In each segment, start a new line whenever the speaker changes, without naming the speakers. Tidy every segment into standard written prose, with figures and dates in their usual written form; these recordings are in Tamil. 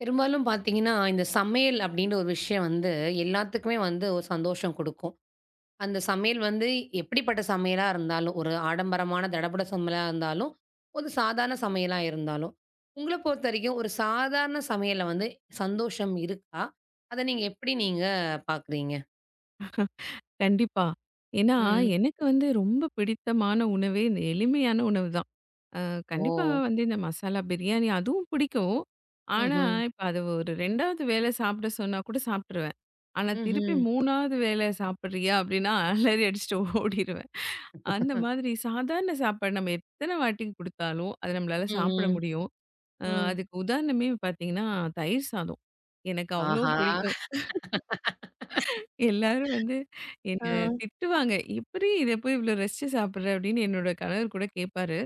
பெரும்பாலும் பார்த்தீங்கன்னா, இந்த சமையல் அப்படின்ற ஒரு விஷயம் வந்து எல்லாத்துக்குமே வந்து ஒரு சந்தோஷம் குடுக்கும். அந்த சமையல் வந்து எப்படிப்பட்ட சமையலா இருந்தாலும், ஒரு ஆடம்பரமான தடபுட சமையலா இருந்தாலும், ஒரு சாதாரண சமையலா இருந்தாலும், உங்கள பொறுத்தவரைக்கும் ஒரு சாதாரண சமையல்ல வந்து சந்தோஷம் இருக்கா? அத நீங்க எப்படி பார்க்குறீங்க?
கண்டிப்பா. ஏன்னா,
ம்.
எனக்கு வந்து ரொம்ப பிடித்தமான உணவே இந்த எளிமையான உணவு தான். அ கண்டிப்பா
ஓ!
வந்து இந்த மசாலா பிரியாணி அதுவும் பிடிக்கும். ஆனா,
ம்ஹ்ம்.
இப்ப அது ஒரு 2வது வேளை சாப்பிட சொன்னா கூட சாப்ட்டுருவேன். ஆனா, திருப்பி
ம்ஹ்ம்.
3வது வேளை சாப்பிடுறியா? அப்டின்னா அலறி அடிச்சுட்டு ஓடிருவேன். அந்த மாதிரி சாதாரண சாப்பாடு நம்ம எத்தன வாட்டி குடுத்தாலும், அது நம்மளால
ம்,
சாப்பிட
ம்,
முடியும்.
ம்.
அதுக்கு உதாரணமே பார்த்தீங்கன்னா, தயிர் சாதம். எனக்கு அவ்ளோ
ஆஹா!
பிடிக்கும். எல்லாரும் வந்து
அ.
என்ன திட்டுவாங்க. "எப்புடி இத போய் இவ்ளோ ரசிச்சு சாப்பிடுற?" அப்படின்னு என்னோட கணவர் கூட கேட்பாரு.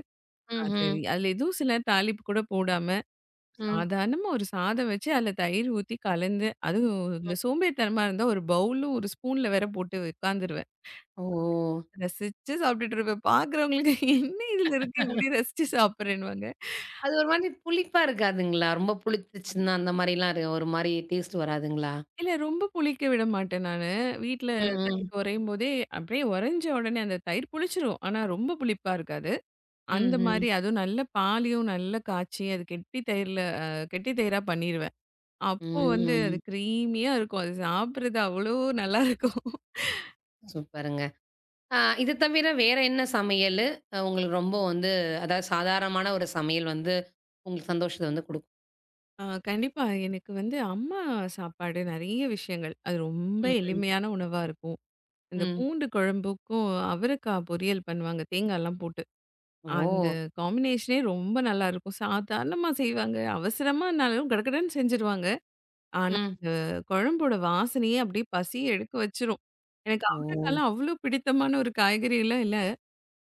அது
ம்ஹ்ம்.
அதுல எதுவும் சிலர் தாளிப்பு கூட போடாம,
ம், ம்.
சாதாரணமா ஒரு சாதம் வச்சு அதுல தயிர் ஊத்தி கலந்து, அதுவும் இந்த சோம்பேறித்தனமா இருந்தா ஒரு பவுலும், ஒரு ஸ்பூன்ல வேற போட்டு உட்காந்துருவேன்.
ஓ!
ரசிச்சு சாப்பிட்டுட்டு இருப்பேன். பார்க்குறவங்களுக்கு "என்ன இதுல இருக்கு? இப்படி ரசிச்சு சாப்பிடுறேன்னுவாங்க."
அது ஒரு மாரி புளிப்பா இருக்காதுங்களா? ரொம்ப புளித்துச்சுன்னா, அந்த மாரிலாம் ஒரு மாரி டேஸ்ட் வராதுங்களா?
இல்ல ரொம்ப புளிக்க விட மாட்டேன் நானு. வீட்ல
ம்,
தயிர்
ம்.
உறையும் போதே, அப்படியே உறைஞ்ச உடனே அந்த தயிர் புளிச்சிரும். ஆனா ரொம்ப புளிப்பா இருக்காது. அந்த
ம்ஹ்ம்.
மாரி அதுவும் நல்ல பாலையும் நல்லா காய்ச்சி, அது கெட்டி தயிர்ல கெட்டி தயிரா பண்ணிருவேன். அப்போ
ம்.
வந்து
ம்.
அது க்ரீமியா இருக்கும். அது சாப்பிடுறது அவ்வளோ நல்லாருக்கும்.
சூப்பருங்க. இது தவிர வேற என்ன சமையலு உங்களுக்கு ரொம்ப வந்து அதாவது சாதாரணமான ஒரு சமையல் வந்து உங்களுக்கு சந்தோஷத்த வந்து குடுக்கும்?
ஆ கண்டிப்பா. எனக்கு வந்து அம்மா சாப்பாடு நெறைய விஷயங்கள். அது ரொம்ப
ம்ஹ்ம். ம்.
எளிமையான உணவா இருக்கும். இந்த
ம்.
பூண்டு குழம்புக்கும் அவரைக்காய் பொரியல் பண்ணுவாங்க, தேங்காய்லாம் போட்டு. அந்த
ஓ!
காம்பினேஷனே ரொம்ப நல்லாருக்கும். சாதாரணமா செய்வாங்க. அவசரமானாலும் கடகடன்னு செஞ்சுருவாங்க. ஆனா,
ம்.
இந்த குழம்போட வாசனையே அப்படியே பசிய எடுக்க வச்சுரும். எனக்கு
ஓ!
அவரைக்காலாம் அவ்ளோ பிடித்தமான ஒரு காய்கறிலாம் இல்ல.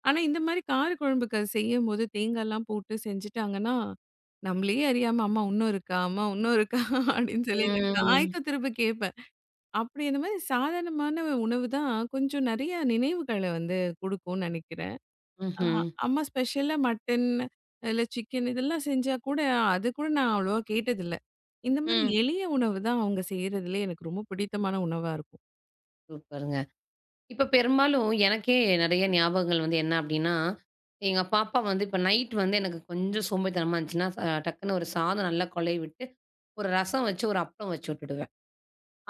ஆனா, இந்த மாரி கார குழம்புக்கு அது செய்யும்போது தேங்காய்லாம் போட்டு செஞ்சுட்டாங்கன்னா, நம்மளே அறியாம "அம்மா இன்னும் இருக்கா? அம்மா இன்னும் இருக்கா?" அப்படின்னு சொல்லி அந்த
ம்.
காய்க்க திரும்ப கேட்பேன். அப்படி இந்த மாரி சாதாரணமான உணவு தான் கொஞ்சம் நெறைய நினைவுகள வந்து குடுக்கும்னு நெனைக்கிறேன். ஆ,
ம்ஹ்ம்.
அம்மா ஸ்பெஷலா மட்டன், இல்ல சிக்கன் இதெல்லாம் செஞ்சா கூட, அது கூட நான் அவ்வளவா கேட்டதில்ல. இந்த மாரி
ம்.
எளிய உணவு தான் அவங்க செய்றதுலயே எனக்கு ரொம்ப பிடித்தமான உணவா இருக்கும்.
சூப்பருங்க. இப்ப பெரும்பாலும் எனக்கே நெறைய ஞாபகங்கள் வந்து என்ன அப்டின்னா, எங்க பாப்பா வந்து இப்ப நைட் வந்து எனக்கு கொஞ்சம் சோம்பேறித்தனமா இருந்துச்சுன்னா, டக்குன்னு ஒரு சாதம் நல்லா கொழைய விட்டு, ஒரு ரசம் வச்சு, ஒரு அப்பளம் வச்சு விட்டுடுவேன்.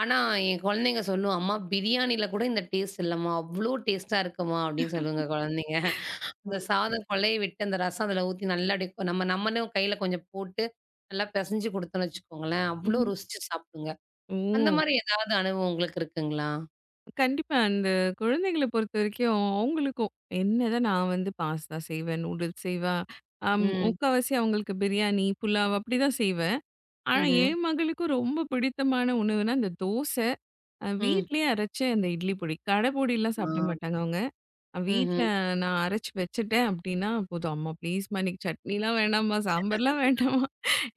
ஆனா என் குழந்தைங்க சொல்லும், "அம்மா பிரியாணில கூட இந்த டேஸ்ட் இல்லம்மா, அவ்ளோ டேஸ்ட்டா இருக்குமா" அப்டின்னு சொல்லுங்க குழந்தைங்க. அந்த
ம்.
சாதம் கொழைய விட்டு, அந்த ரசம் அதில ஊத்தி நல்லா அப்டியே நம்ம நம்மளும் கையில கொஞ்சம் போட்டு, நல்லா பெசஞ்சு குடுத்தோம்னு வச்சுக்கோங்களேன், அவ்ளோ
ம்ஹ்ம்.
ருசிச்சு சாப்பிடுங்க. அந்த
ஓ!
மாரி ஏதாவது அனுபவம் உங்களுக்கு இருக்குங்களா?
கண்டிப்பா. அந்த குழந்தைகள பொறுத்தவரைக்கும் அவங்களுக்கும், என்னதான் நான் வந்து பாஸ்தா செய்வேன், நூடுல்ஸ் செய்வேன்.
ம்.
முக்காவாசி அவங்களுக்கு பிரியாணி, புலாவ் அப்படிதான் செய்வேன். ஆனா,
ம்ஹ்ம்.
என் மகளுக்கும் ரொம்ப பிடித்தமான உணவுனா, இந்த தோசை.
ம்.
வீட்லயே அரைச்ச அந்த இட்லி பொடி. கடை பொடிலாம்
ஆ.
சாப்பிட மாட்டாங்க அவங்க. வீட்ல
ம்ஹ்ம்.
நான் அரைச்சு வச்சுட்டேன் அப்டின்னா போதும். "அம்மா ப்ளீஸ்மா இன்னைக்கு சட்னிலாம் வேணாம்மா, சாம்பார்லாம் வேண்டாம்மா.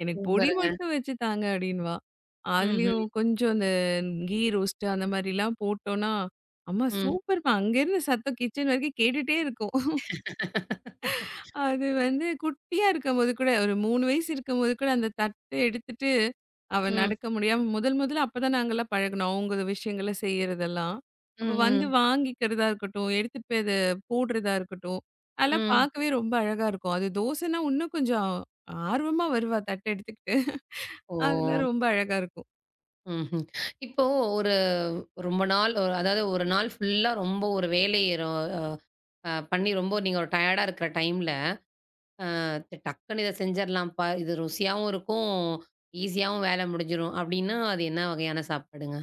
எனக்கு பொடி
சூப்பருங்க.
மட்டும் வச்சு தாங்க" அப்டின்னுவா.
ம்ஹ்ம்.
அதுலயும் கொஞ்சம் இந்த கீ ரோஸ்ட்டு அந்த மாரிலாம் போட்டோம்னா, "அம்மா
ம்.
சூப்பர்மா அங்கேருந்து சத்தம் கிச்சன் வரைக்கும் கேட்டுட்டே இருக்கும்." அது வந்து குட்டியா இருக்கும்போது கூட, ஒரு 3 வயசு இருக்கும்போது கூட அந்த தட்ட எடுத்துட்டு, அவ
ம்.
நடக்க முடியாம முதல் முதல்ல அப்பதான் நாங்கலாம் பழகுனோம். அவங்க விஷயங்கள செய்யறதெல்லாம். அப்ப
ம்.
வந்து
ம்.
வாங்கிக்கிறதா இருக்கட்டும், எடுத்துட்டு போய் அத போடுறதா இருக்கட்டும், அதெல்லாம்
ம்.
பார்க்கவே ரொம்ப அழகா இருக்கும். அது தோசைன்னா இன்னும் கொஞ்சம் ஆர்வமா வருவா தட்ட எடுத்துக்கிட்டு.
ஓ!
அதெல்லாம் ரொம்ப அழகா இருக்கும்.
ம்ஹ்ம். இப்போ ஒரு ரொம்ப நாள் ஒரு அதாவது ஒரு நாள் ஃபுல்லா ரொம்ப ஒரு வேலை ரொ அ பண்ணி ரொம்ப நீங்க ஒரு டயர்டா இருக்கிற டைம்ல, டக்குன்னு இத செஞ்சிரலாம்ப்பா. இது ருசியாவும் இருக்கும், ஈஸியாவும் வேல முடிஞ்சிரும் அப்டின்னா, அது என்ன வகையான சாப்பாடுங்க?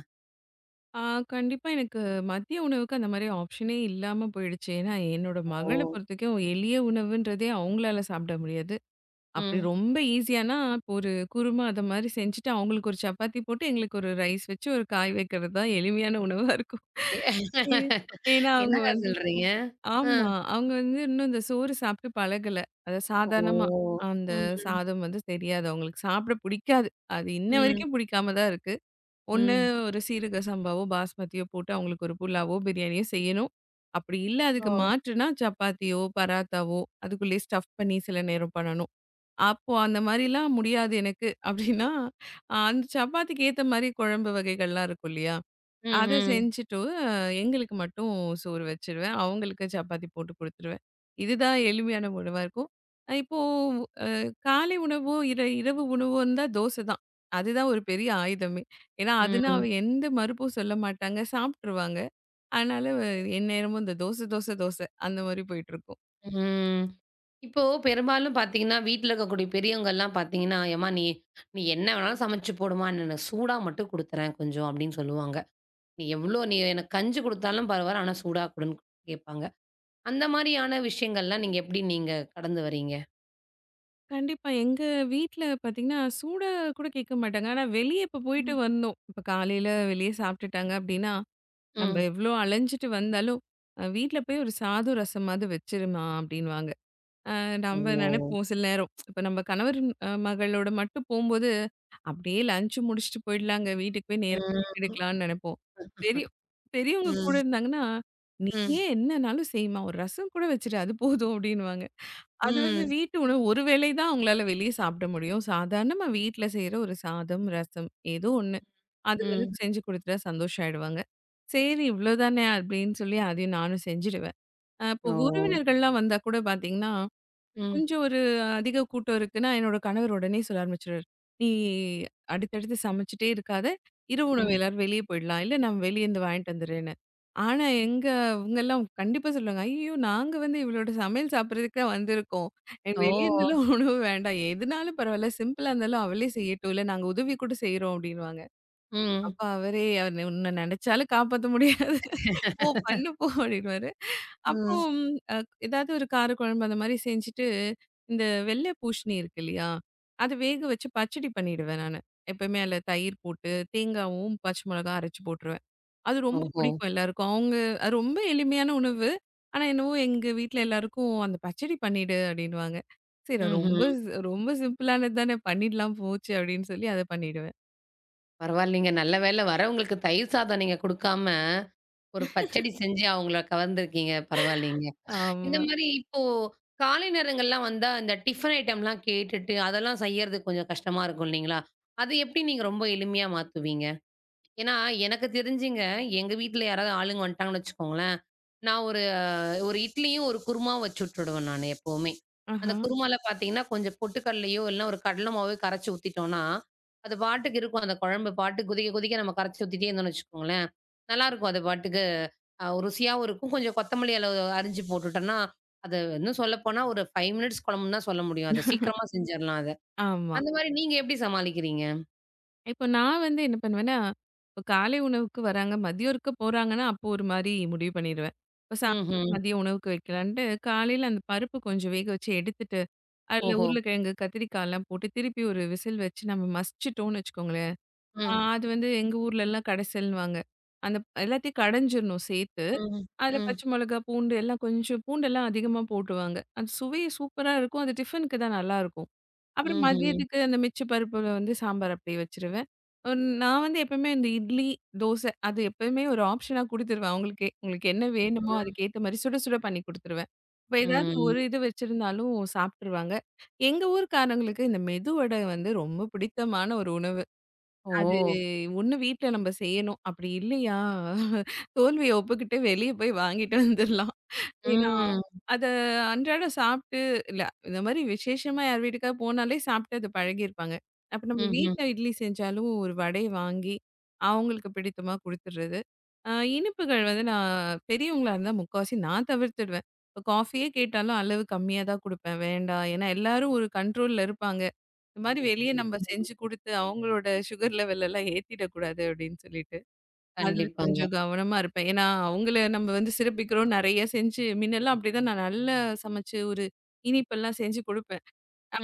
ஆ கண்டிப்பா எனக்கு மதிய உணவுக்கு அந்த மாரி ஆப்ஷனே இல்லாம போயிடுச்சு. ஏன்னா என்னோட மகள
ஓ!
பொறுத்தவரைக்கும் எளிய உணவுன்றதே அவங்களால சாப்பிட முடியாது. அப்படி
ம்.
ரொம்ப ஈஸியானா, இப்போ ஒரு குருமா அது மாரி செஞ்சுட்டு, அவங்களுக்கு ஒரு சப்பாத்தி போட்டு, எங்களுக்கு ஒரு ரைஸ் வச்சு, ஒரு காய் வைக்கிறது தான் எளிமையான உணவா இருக்கும். ஏ ஏன்னா அவங்க
என்னங்க
வந்து
சொல்றீங்க? அ.
ஆமா. அவங்க வந்து இன்னும் இந்த சோறு சாப்பிட்டு பழகல. அது சாதாரணமா.
ஓ!
அந்த
ம்.
சாதம் வந்து தெரியாது. அவங்களுக்கு சாப்பிட பிடிக்காது. அது இன்ன
ம். ம்.
வரைக்கும் பிடிக்காம தான் இருக்கு. ஒண்ணு
ம்.
ஒரு சீரக சம்பாவோ, பாஸ்மதியோ போட்டு அவங்களுக்கு ஒரு புலாவோ, பிரியாணியோ செய்யணும். அப்படி இல்ல
ஓ!
அதுக்கு மாற்றுனா சப்பாத்தியோ, பராத்தாவோ அதுக்குள்ளேயே ஸ்டஃப் பண்ணி சில நேரம் பண்ணணும். அப்போ அந்த மாரிலாம் முடியாது எனக்கு. அப்டின்னா, அந்த சப்பாத்திக்கு ஏத்த மாரி குழம்பு வகைகள்லாம் இருக்கும் இல்லையா?
ம்.
அத
ம்.
செஞ்சுட்டு எங்களுக்கு மட்டும் சோறு வச்சுருவேன். அவங்களுக்கு சப்பாத்தி போட்டு குடுத்துருவேன். இதுதான் எளிமையான உணவா இருக்கும். இப்போ அ காலை உணவோ, இரவு உணவோ இருந்தா தோசை தான். அதுதான் ஒரு பெரிய ஆயுதமே. ஏன்னா, அதுனா அவ
ம்.
எந்த மறுப்பும் சொல்ல மாட்டாங்க. சாப்ட்டுருவாங்க. அதனால எந்நேரமும் இந்த தோசை, தோசை, தோசை அந்த மாரி போயிட்டுருக்கும்.
ம். இப்போ பெரும்பாலும் பார்த்தீங்கன்னா, வீட்ல இருக்கக்கூடிய பெரியவங்கலாம் பார்த்தீங்கன்னா, "ஏம்மா நீ நீ என்ன வேணாலும் சமைச்சு போடுமா, என்ன சூடா மட்டும் குடுத்துறேன் கொஞ்சம்" அப்படின்னு சொல்லுவாங்க. "நீ எவ்ளோ எனக்கு கஞ்சி குடுத்தாலும் பரவால்ல, ஆனா சூடா குடுன்னு" கேட்பாங்க. அந்த மாரியான விஷயங்கள்லாம் நீங்க எப்படி கடந்து வரீங்க?
கண்டிப்பா. எங்க வீட்ல பார்த்தீங்கன்னா, சூடா கூட கேட்க மாட்டாங்க. ஆனா வெளிய இப்ப போயிட்டு
ம்.
வந்தோம். இப்ப காலையில வெளிய சாப்பிட்டுட்டாங்க அப்படின்னா, நம்ப
ம்.
எவ்வளோ அலைஞ்சிட்டு வந்தாலும், "வீட்ல போய் ஒரு சாதம், ரசமாவது வச்சிருமா" அப்படின்னுவாங்க. நம்ப
ஓ!
நெனைப்போம் சில நேரம். இப்ப நம்ப கணவர் மகளோட மட்டும் போம்போது, அப்படியே லஞ்ச் முடிச்சுட்டு போயிடலாங்க. வீட்டுக்கு போய் நேரா
ம்.
எடுக்கலாம்னு நெனைப்போம். பெரிய பெரியவங்க கூட
ம்.
இருந்தாங்கன்னா,
ம்.
"நீயே என்னனாலும் செய்யுமா, ஒரு ரசம் கூட வச்சுரு அது போதும்" அப்படின்னுவாங்க. அது வந்து
ம்.
வீட்டு உணவு ஒரு வேளை தான் அவங்களால வெளிய சாப்பிட முடியும். சாதாரணமா வீட்ல செய்ற ஒரு சாதம், ரசம் ஏதோ ஒண்ணு. அது வந்து
ம்.
செஞ்சு குடுத்துட்டா சந்தோஷம் ஆயிடுவாங்க. சரி இவ்ளோதானே அப்படின்னு சொல்லி அதையும் நானும் செஞ்சுடுவேன். இப்போ
ஓ!
உறவினர்கள்லாம் வந்தா கூட பார்த்தீங்கன்னா
ம்.
கொஞ்சம் ஒரு அதிக கூட்டம் இருக்குன்னா, என்னோட கணவர் உடனே சொல்ல ஆரம்பிச்சுருவாரு. "நீ அடுத்தடுத்து சமைச்சுட்டே இருக்காத. இரவு உணவு
ம்.
எல்லாரும் வெளிய போயிடலாம். இல்ல நான் வெளியேருந்து வாங்கிட்டு வந்துர்றேன்னு." ஆனா எங்க இவங்கலாம் கண்டிப்பா சொல்லுவாங்க. "ஐயய்யோ! நாங்க வந்து இவளோட சமையல் சாப்பிடுறதுக்கு தான் வந்திருக்கோம். எனக்கு
ஓ!
வெளியேருந்துலாம் உணவு வேண்டாம். எதுனாலும் பரவாயில்ல. சிம்பிளா இருந்தாலும் அவளே செய்யட்டும். இல்ல நாங்க உதவி கூட செய்றோம்." அப்படின்னு.
ம்.
அப்ப அவரே அவரு உன்ன நெனச்சாலும் காப்பாத்த முடியாது. போ பண்ணு போ அப்டின்னுவாரு. அப்போ
ம்.
ம், அ ஏதாவது ஒரு காரக்குழம்பு அந்த மாரி செஞ்சுட்டு, இந்த வெள்ளை பூசணி இருக்கு இல்லையா? அத வேக வச்சு பச்சடி பண்ணிடுவேன் நானு. எப்பவுமே அதுல தயிர் போட்டு, தேங்காவும், பச்சை மிளகாயும் அரைச்சு போட்டுருவேன். அது ரொம்ப
ஓஹோ!
பிடிக்கும் எல்லாருக்கும். அவங்க அது ரொம்ப எளிமையான உணவு. ஆனா என்னவோ எங்க வீட்ல எல்லாருக்கும் அந்த பச்சடி பண்ணிடு அப்டின்னுவாங்க. சரி ரொம்ப
ம்ஹ்ம்.
ரொம்ப சிம்பிளானது தானே பண்ணிடலாம் போச்சு அப்டின்னு சொல்லி அத பண்ணிடுவேன்.
பரவாயில்லைங்க. நல்ல வேள வரவங்களுக்கு தயிர் சாதம் நீங்க குடுக்காம, ஒரு பச்சடி செஞ்சு அவங்கள கவர்ந்திருக்கீங்க. பரவாயில்லைங்க. இந்த
ஆமா.
மாரி இப்போ காலை நேரங்கள்லாம் வந்தா, இந்த டிஃபன் ஐட்டம்லாம் கேட்டுட்டு, அதெல்லாம் செய்யறது கொஞ்சம் கஷ்டமா இருக்கும் இல்லைங்களா? அது எப்படி நீங்க ரொம்ப எளிமையா மாத்துவீங்க? ஏன்னா, எனக்கு தெரிஞ்சுங்க, எங்க வீட்ல யாராவது ஆளுங்க வந்துட்டாங்கன்னு வச்சுக்கோங்களேன், நான் ஒரு ஒரு இட்லியும், ஒரு குருமாவும் வச்சு விட்டுடுவேன் நானு எப்பவுமே. அந்த
ஆஹா.
குருமால பார்த்தீங்கன்னா, கொஞ்சம் பொட்டுக்கடலையோ, இல்லன்னா ஒரு கடல மாவையோ கரைச்சு ஊத்திட்டோம்ன்னா, அது பாட்டுக்கு இருக்கும். அந்த குழம்பு பாட்டுக்கு கொதிக்க கொதிக்க நம்ம கரைச்சு ஊத்திட்டே இருந்தோம்ன்னு வச்சுக்கோங்களேன், நல்லாருக்கும். அது பாட்டுக்கு ருசியாவும் இருக்கும். கொஞ்சம் கொத்தமல்லி அரிஞ்சு போட்டுட்டோம்ன்னா, அது இன்னும் சொல்லப்போனா ஒரு 5 மினிட்ஸ் குழம்புன்னு தான் சொல்ல முடியும். அத சீக்கிரமா செஞ்சிரலாம் அத.
ஆமா.
அந்த மாரி நீங்க எப்படி சமாளிக்கிறீங்க?
இப்போ நான் வந்து என்ன பண்ணுவேன்னா, இப்போ காலை உணவுக்கு வராங்க, மதியம் இருக்க போறாங்கன்னா, அப்போ ஒரு மாரி முடிவு பண்ணிருவேன். இப்போ சாயங்காலம்
ம்ஹ்ம்.
மதிய உணவுக்கு வைக்கலான்ட்டு, காலையில அந்த பருப்பு கொஞ்சம் வேக வச்சு எடுத்துட்டு, அதில
ஓஹோ!
உருளைக்கிழங்கு, கத்திரிக்காய்லாம் போட்டு திருப்பி ஒரு விசில் வச்சு நம்ம மசிச்சுட்டோம்னு வச்சுக்கோங்களேன், ஆ
ம்.
அது வந்து எங்க ஊர்லலாம் கடைசல்னுவாங்க. அந்த எல்லாத்தையும் கடைஞ்சிரணும் சேர்த்து.
ம்.
அதில
ம்.
பச்சை மிளகா, பூண்டு எல்லாம் கொஞ்சம் பூண்டெல்லாம் அதிகமா போடுவாங்க. அது சுவை சூப்பரா இருக்கும். அது டிஃபனுக்கு தான் நல்லாயிருக்கும். அப்புறம் ம்.
ம்ஹ்ம்.
மதியத்துக்கு அந்த மிச்ச பருப்புல வந்து சாம்பார் அப்படியே வச்சுருவேன். அ நான் வந்து எப்பவுமே இந்த இட்லி, தோசை அது எப்பவுமே ஒரு ஆப்ஷனா குடுத்துருவேன் அவங்களுக்கே. உங்களுக்கு என்ன வேணுமோ
ம்.
அதுக்கேத்த மாரி சுட சுட பண்ணி குடுத்துருவேன். இப்ப ஏதாவது ம்.
ம்.
ஒரு இது வச்சிருந்தாலும் சாப்ட்டுருவாங்க. எங்க ஊர்க்காரங்களுக்கு இந்த மெது வடை வந்து ரொம்ப பிடித்தமான ஒரு உணவு.
ஓ!
அது ஒண்ணு வீட்ல நம்ம செய்யணும். அப்படி இல்லையா, தோல்விய ஒப்புக்கிட்டு வெளிய போய் வாங்கிட்டு வந்துரலாம். ஏன்னா,
ம்.
அத அன்றாடம் சாப்ட்டு இல்ல இந்த மாரி விசேஷமா யார் வீட்டுக்காவது போனாலே சாப்ட்டு அது பழகியிருப்பாங்க. அப்ப நம்ம
ம்ஹ்ம்.
வீட்ல இட்லி செஞ்சாலும் ஒரு வடைய வாங்கி, அவங்களுக்கு பிடித்தமா குடுத்துடுறது. அ இனிப்புகள் வந்து நான் பெரியவங்களா இருந்தா முக்காவாசி நான் தவிர்த்துடுவேன். இப்ப காஃபியே கேட்டாலும் அளவு கம்மியா தான் குடுப்பேன். வேண்டாம். ஏன்னா எல்லாரும் ஒரு கண்ட்ரோல்ல இருப்பாங்க. இந்த மாரி வெளிய ம். நம்ம
ம்.
செஞ்சு குடுத்து, அவங்களோட சுகர் லெவல் எல்லாம் ஏத்திடக்கூடாது அப்படின்னு சொல்லிட்டு, அதுல
கண்டிப்பாங்க.
கொஞ்சம் கவனமா இருப்பேன். ஏன்னா, அவங்கள நம்ம வந்து சிறப்பிக்கிறோம் நெறைய செஞ்சு முன்னெல்லாம் அப்படிதான் நான் நல்லா சமைச்சு ஒரு இனிப்பெல்லாம் செஞ்சு குடுப்பேன்.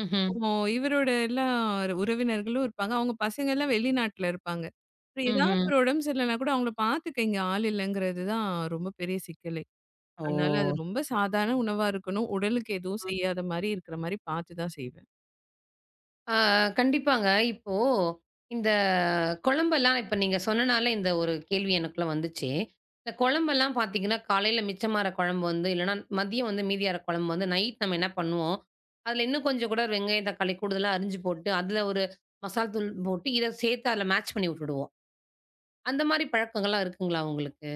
ம்ஹ்ம்.
இப்போ இவரோட எல்லாம் உறவினர்களும் இருப்பாங்க. அவங்க பசங்க எல்லாம் வெளிநாட்டுல இருப்பாங்க. அப்புறம் ஏதாவது
ம்ஹ்ம்.
ஒரு உடம்பு சரியில்லனா கூட அவங்கள பாத்துக்க இங்க ஆள் இல்லங்கிறது தான் ரொம்ப பெரிய சிக்கலே.
ஓ!
அதனால அது ரொம்ப சாதாரண உணவா இருக்கணும். உடலுக்கு எதுவும்
ம்.
செய்யாத மாரி இருக்கிற மாரி பாத்து தான் செய்வேன்.
ஆ கண்டிப்பாங்க. இப்போ இந்த குழம்பெல்லாம் இப்ப நீங்க சொன்னனால இந்த ஒரு கேள்வி எனக்குள்ள வந்துச்சு. இந்த குழம்பெல்லாம் பார்த்தீங்கன்னா, காலையில மிச்சமாற குழம்பு வந்து இல்லன்னா மதியம் வந்து மீதியாற குழம்பு வந்து நைட் நம்ம என்ன பண்ணுவோம், அதில இன்னும் கொஞ்சம் கூட வெங்காயம், தக்காளி கூடுதலா அரிஞ்சு போட்டு, அதில ஒரு மசால் தூள் போட்டு, இத சேர்த்து அதில மேட்ச் பண்ணி விட்டுடுவோம். அந்த மாரி பழக்கங்கள்லாம் இருக்குங்களா உங்களுக்கு?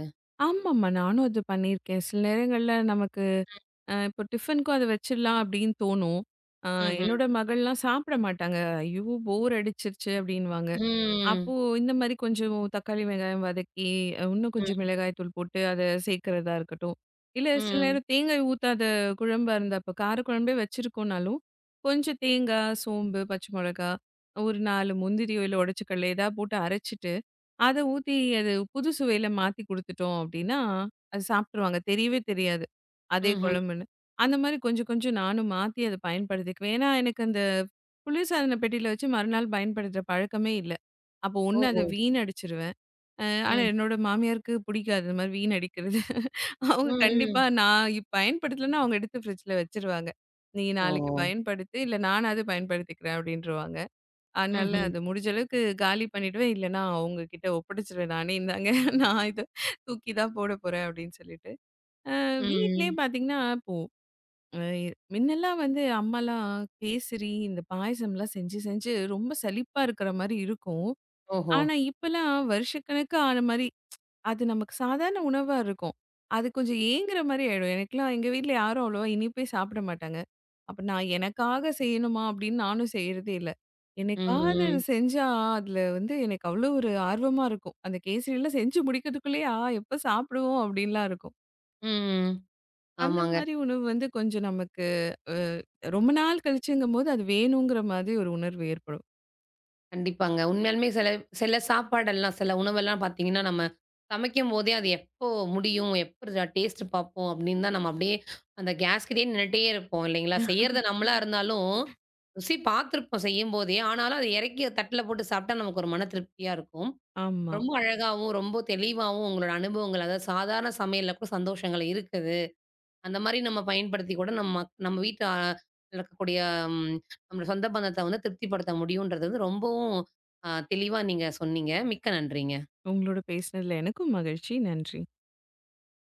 ஆமாமா. நானும் அது பண்ணியிருக்கேன். சில நேரங்கள்ல நமக்கு இப்போ டிஃபனுக்கும் அத வச்சிடலாம் அப்படின்னு தோணும். அ
ம்ஹ்ம்.
என்னோட மகள்லாம் சாப்பிட மாட்டாங்க. ஐயோ! போர் அடிச்சிருச்சு அப்படின்னுவாங்க. அப்போ
ம்.
இந்த மாரி கொஞ்சம் தக்காளி, வெங்காயம் வதக்கி, இன்னும்
ம்.
கொஞ்சம் மிளகாய் தூள் போட்டு அத சேர்க்கிறதா இருக்கட்டும். இல்ல சில
ம்.
நேரம் தேங்காய் ஊத்தாத குழம்பா இருந்தா இப்போ கார குழம்பே வச்சிருக்கோம்னாலும், கொஞ்சம் தேங்காய், சோம்பு, பச்சை மிளகா, ஒரு 4 முந்திரியோ, இல்ல உடைச்ச கடலையோ ஏதாவது போட்டு அரைச்சிட்டு அத ஊத்தி அது புது சுவையில மாத்தி குடுத்துட்டோம் அப்டின்னா, அது சாப்ட்டுருவாங்க. தெரியவே தெரியாது. அதே
ம்ஹ்ம்.
குழம்புன்னு. அந்த மாரி கொஞ்சம் கொஞ்சம் நானும் மாத்தி அத பயன்படுத்திக்குவேன். ஏன்னா, எனக்கு அந்த குளிர்சாதன பெட்டியில வச்சு மறுநாள் பயன்படுத்துற பழக்கமே இல்ல. அப்போ ஒண்ணு அத
ஓஹோ!
வீணடிச்சுருவேன். ஆனா
ம்.
என்னோட மாமியாருக்கு பிடிக்காது இந்த மாரி வீணடிக்கிறது. அவங்க
ம்.
கண்டிப்பா
ம்.
நான் இப் பயன்படுத்தலன்னா அவங்க எடுத்து ஃப்ரிட்ஜ்ல வச்சுருவாங்க. "நீ
ஓ!
நாளைக்கு பயன்படுத்து, இல்ல நானாவது பயன்படுத்திக்கிறேன்" அப்டின்ருவாங்க. அதனால
ம்ஹ்ம்.
அது முடிஞ்ச அளவுக்கு காலி பண்ணிடுவேன். இல்லன்னா, அவங்ககிட்ட ஒப்படைச்சுருவேன். நானே இந்தாங்க நான் இத தூக்கி தான் போட போறேன் அப்படின்னு சொல்லிட்டு. அ வீட்லயே
ம்.
பார்த்தீங்கன்னா, இப்போ அ முன்னெல்லாம் வந்து அம்மாலாம் கேசரி, இந்த பாயாசம்லாம் செஞ்சு செஞ்சு ரொம்ப சலிப்பா இருக்கிற மாரி இருக்கும்.
ஓஹோ!
ஆனா, இப்பலாம் வருஷக்கணக்கா ஆன மாரி அது நமக்கு சாதாரண உணவா இருக்கும். அது கொஞ்சம் ஏங்குற மாரி ஆயிடும். எனக்கெல்லாம் எங்க வீட்ல யாரும் அவ்வளவா இனிப்பே சாப்பிட மாட்டாங்க. அப்ப நான் எனக்காக செய்யணுமா அப்படின்னு நானும் செய்யறதே இல்ல.
ம்,
என்னைக்காவது அது
ம்.
செஞ்சா அதுல வந்து எனக்கு அவ்வளோ ஒரு ஆர்வமா இருக்கும். அந்த கேசரியெல்லாம் செஞ்சு முடிக்கிறதுக்குள்ளேயே, ஆ எப்ப சாப்பிடுவோம் அப்படின்லாம் இருக்கும்.
ம்.
அந்த
ஆமாங்க.
மாரி உணவு வந்து கொஞ்சம் நமக்கு அ ரொம்ப நாள் கழிச்சுங்கும்போது அது வேணுங்கிற மாதிரி ஒரு உணர்வு ஏற்படும்.
கண்டிப்பாங்க. உண்மையாலுமே சில சில சாப்பாடெல்லாம், சில உணவெல்லாம் பார்த்தீங்கன்னா, நம்ம சமைக்கும்போதே அது எப்போ முடியும்? எப்ப டேஸ்ட் பார்ப்போம்? அப்படின்னு தான் நம்ம அப்படியே அந்த கேஸ் கிட்டயே நின்னுட்டே இருப்போம் இல்லைங்களா? செய்யறது நம்மளா இருந்தாலும், ருசி பார்த்துருப்போம் செய்யும்போதே. ஆனாலும் அத இறக்கி தட்டில போட்டு சாப்பிட்டா நமக்கு ஒரு மன திருப்தியா இருக்கும்.
ஆமா.
ரொம்ப அழகாவும், ரொம்ப தெளிவாவும் உங்களோட அனுபவங்கள், அதாவது சாதாரண சமையல்ல கூட சந்தோஷங்கள் இருக்குது. அந்த மாரி நம்ம பயன்படுத்தி கூட நம்ம நம்ம வீட்டு இருக்கக்கூடிய ம் நம்மளோட சொந்த பந்தத்த வந்து திருப்திப்படுத்த முடியுன்றது வந்து ரொம்பவும் தெளிவா நீங்க சொன்னீங்க. மிக்க நன்றிங்க.
உங்களோட பேசினதுல எனக்கும் மகிழ்ச்சி. நன்றி.